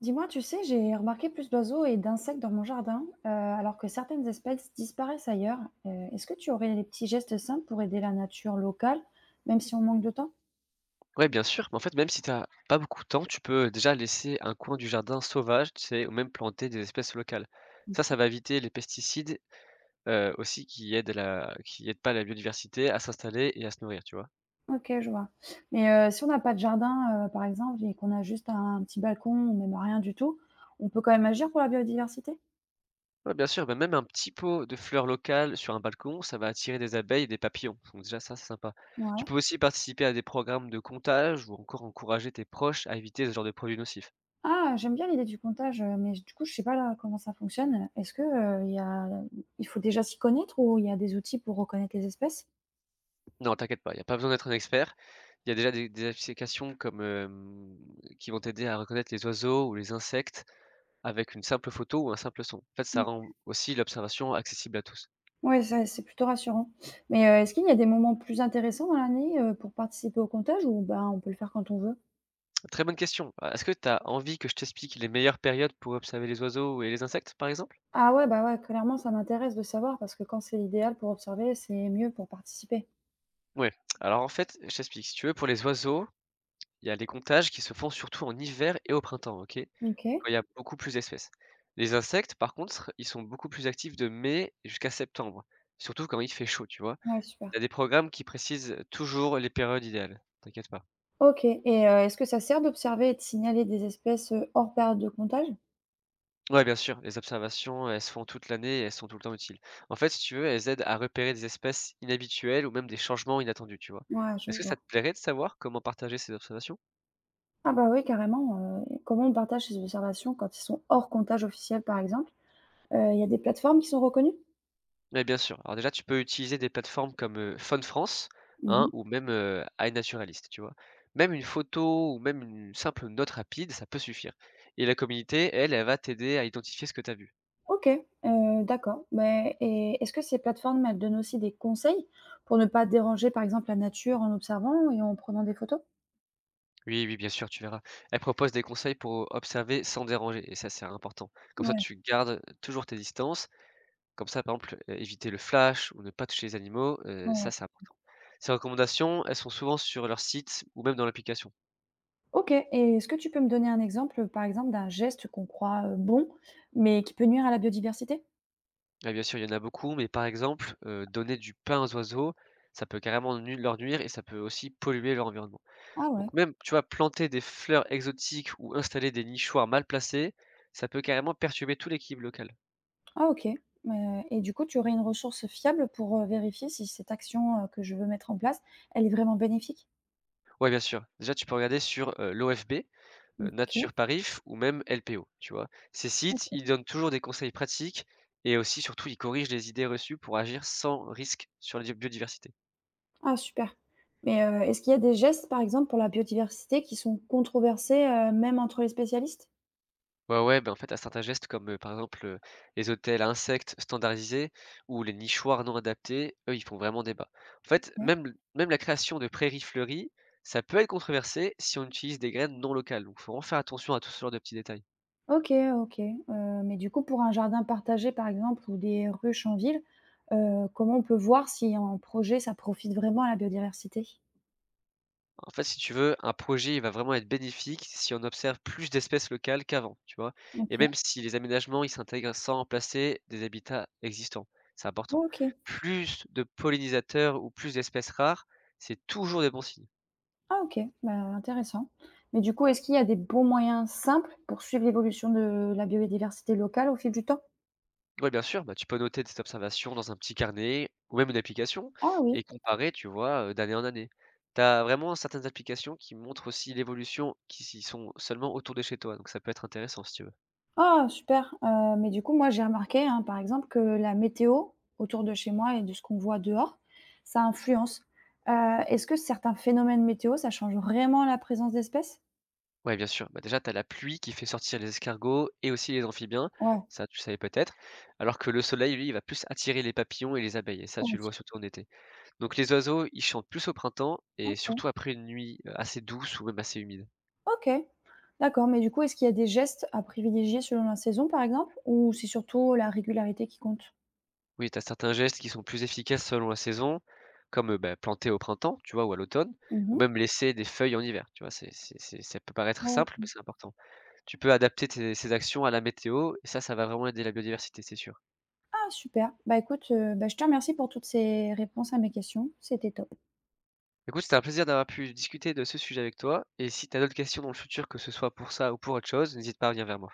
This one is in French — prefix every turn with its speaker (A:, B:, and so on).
A: Dis-moi, tu sais, j'ai remarqué plus d'oiseaux et d'insectes dans mon jardin, alors que certaines espèces disparaissent ailleurs. Est-ce que tu aurais des petits gestes simples pour aider la nature locale, même si on manque de temps?
B: Ouais, bien sûr, mais en fait, même si t'as pas beaucoup de temps, tu peux déjà laisser un coin du jardin sauvage, tu sais, ou même planter des espèces locales. Ça va éviter les pesticides, aussi qui aident pas la biodiversité à s'installer et à se nourrir, tu vois?
A: Ok, je vois. Mais si on n'a pas de jardin, par exemple, et qu'on a juste un petit balcon ou même rien du tout, on peut quand même agir pour la biodiversité?
B: Ouais, bien sûr, bah, même un petit pot de fleurs locales sur un balcon, ça va attirer des abeilles et des papillons, donc déjà ça, c'est sympa. Tu
A: Ouais.
B: peux aussi participer à des programmes de comptage ou encore encourager tes proches à éviter ce genre de produits nocifs.
A: Ah, j'aime bien l'idée du comptage, mais du coup, je sais pas là comment ça fonctionne. Est-ce que il y a... il faut déjà s'y connaître ou il y a des outils pour reconnaître les espèces?
B: Non, t'inquiète pas, il y a pas besoin d'être un expert. Il y a déjà des applications comme qui vont t'aider à reconnaître les oiseaux ou les insectes avec une simple photo ou un simple son. En fait, ça rend aussi l'observation accessible à tous.
A: Ouais, ça c'est plutôt rassurant. Mais, est-ce qu'il y a des moments plus intéressants dans l'année, pour participer au comptage ou ben, on peut le faire quand on veut?
B: Très bonne question. Est-ce que tu as envie que je t'explique les meilleures périodes pour observer les oiseaux et les insectes, par exemple?
A: Ah ouais, bah, ouais, clairement ça m'intéresse de savoir parce que quand c'est l'idéal pour observer, c'est mieux pour participer.
B: Oui. Alors en fait, je t'explique. Si tu veux, pour les oiseaux, il y a les comptages qui se font surtout en hiver et au printemps, OK?
A: OK.
B: Quand il y a beaucoup plus d'espèces. Les insectes, par contre, ils sont beaucoup plus actifs de mai jusqu'à septembre, surtout quand il fait chaud, tu vois?
A: Ouais, super.
B: Tu as des programmes qui précisent toujours les périodes idéales, t'inquiète pas.
A: OK et est-ce que ça sert d'observer et de signaler des espèces, hors période de comptage?
B: Ouais, bien sûr, les observations, elles se font toute l'année et elles sont tout le temps utiles. En fait, si tu veux, elles aident à repérer des espèces inhabituelles ou même des changements inattendus, tu vois?
A: Ouais, je
B: Est-ce que ça
A: vois.
B: te plairait de savoir comment partager ces observations?
A: Ah bah, oui carrément, comment on partage ces observations quand ils sont hors comptage officiel, par exemple? Il y a des plateformes qui sont reconnues?
B: Ouais, bien sûr. Alors déjà, tu peux utiliser des plateformes comme, Faune France, hein,
A: Mmh.
B: ou même, iNaturalist, tu vois? Même une photo ou même une simple note rapide, ça peut suffire et la communauté, elle, elle va t'aider à identifier ce que tu as vu.
A: OK, d'accord, mais et est-ce que ces plateformes, elles donnent aussi des conseils pour ne pas déranger, par exemple, la nature en observant et en prenant des photos?
B: Oui, oui, bien sûr, tu verras. Elle propose des conseils pour observer sans déranger, et ça, c'est important. Comme ça,
A: Ouais,
B: tu gardes toujours tes distances. Comme ça, par exemple, éviter le flash ou ne pas toucher les animaux,
A: ouais,
B: ça,
A: ouais.
B: c'est important. Ces recommandations, elles sont souvent sur leur site ou même dans l'application.
A: OK et est-ce que tu peux me donner un exemple, par exemple, d'un geste qu'on croit, bon, mais qui peut nuire à la biodiversité?
B: Ah, bien sûr, il y en a beaucoup, mais par exemple, donner du pain aux oiseaux, ça peut leur nuire et ça peut aussi polluer leur environnement.
A: Ah ouais,
B: Donc même, tu vois, planter des fleurs exotiques ou installer des nichoirs mal placés, ça peut carrément perturber tout l'équilibre local.
A: ah OK, et du coup, tu aurais une ressource fiable pour, vérifier si cette action, que je veux mettre en place, elle est vraiment bénéfique?
B: Ouais, bien sûr. Déjà, tu peux regarder sur, l'OFB,
A: OK.
B: Nature-Parif ou même LPO, tu vois? Ces sites, ils donnent toujours des conseils pratiques et aussi, surtout, ils corrigent les idées reçues pour agir sans risque sur la di biodiversité.
A: Ah super. Mais, est-ce qu'il y a des gestes, par exemple, pour la biodiversité qui sont controversés, même entre les spécialistes?
B: Ouais, ouais, ben, en fait, à certains gestes comme, par exemple, les hôtels à insectes standardisés ou les nichoirs non adaptés, eux, ils font vraiment débat. En fait,
A: Ouais.
B: même la création de prairies fleuries, ça peut être controversé si on utilise des graines non locales, donc faut vraiment faire attention à tout ce genre de petits détails.
A: OK, OK, mais du coup, pour un jardin partagé, par exemple, ou des ruches en ville, comment on peut voir si un projet, ça profite vraiment à la biodiversité?
B: En fait, si tu veux, un projet, il va vraiment être bénéfique si on observe plus d'espèces locales qu'avant, tu vois? Et
A: OK.
B: même si les aménagements, ils s'intègrent sans remplacer des habitats existants. C'est important.
A: OK.
B: Plus de pollinisateurs ou plus d'espèces rares, c'est toujours des bons signes.
A: Ah OK, bah, intéressant. Mais du coup, est-ce qu'il y a des bons moyens simples pour suivre l'évolution de la biodiversité locale au fil du temps?
B: Oui, bien sûr, bah, tu peux noter tes observations dans un petit carnet ou même une application
A: Ah oui.
B: et comparer, tu vois, d'année en année. Tu as vraiment certaines applications qui montrent aussi l'évolution qui s'y sont seulement autour de chez toi, donc ça peut être intéressant si tu veux.
A: Ah super, mais du coup, moi, j'ai remarqué, hein, par exemple, que la météo autour de chez moi et de ce qu'on voit dehors, ça influence. Heu, est-ce que certains phénomènes météo, ça change vraiment la présence d'espèces?
B: Ouais, bien sûr. Bah, déjà, tu as la pluie qui fait sortir les escargots et aussi les amphibiens,
A: Ouais,
B: ça tu savais peut-être, alors que le soleil, lui, il va plus attirer les papillons et les abeilles, et ça tu le vois
A: OK.
B: surtout en été. Donc les oiseaux, ils chantent plus au printemps et
A: OK.
B: surtout après une nuit assez douce ou même assez humide.
A: OK. D'accord, mais du coup, est-ce qu'il y a des gestes à privilégier selon la saison, par exemple, ou c'est surtout la régularité qui compte?
B: Oui, tu as certains gestes qui sont plus efficaces selon la saison, comme bah, planter au printemps, tu vois, ou à l'automne, ou
A: Mmh.
B: même laisser des feuilles en hiver, tu vois, ça peut paraître
A: Oh,
B: simple, mais c'est important. Tu peux adapter tes- Ces actions à la météo, et ça va vraiment aider la biodiversité, c'est sûr.
A: ah super. Bah écoute, bah je te remercie pour toutes ces réponses à mes questions, c'était top.
B: Écoute, c'était un plaisir d'avoir pu discuter de ce sujet avec toi et si tu as d'autres questions dans le futur, que ce soit pour ça ou pour autre chose, n'hésite pas à revenir vers moi.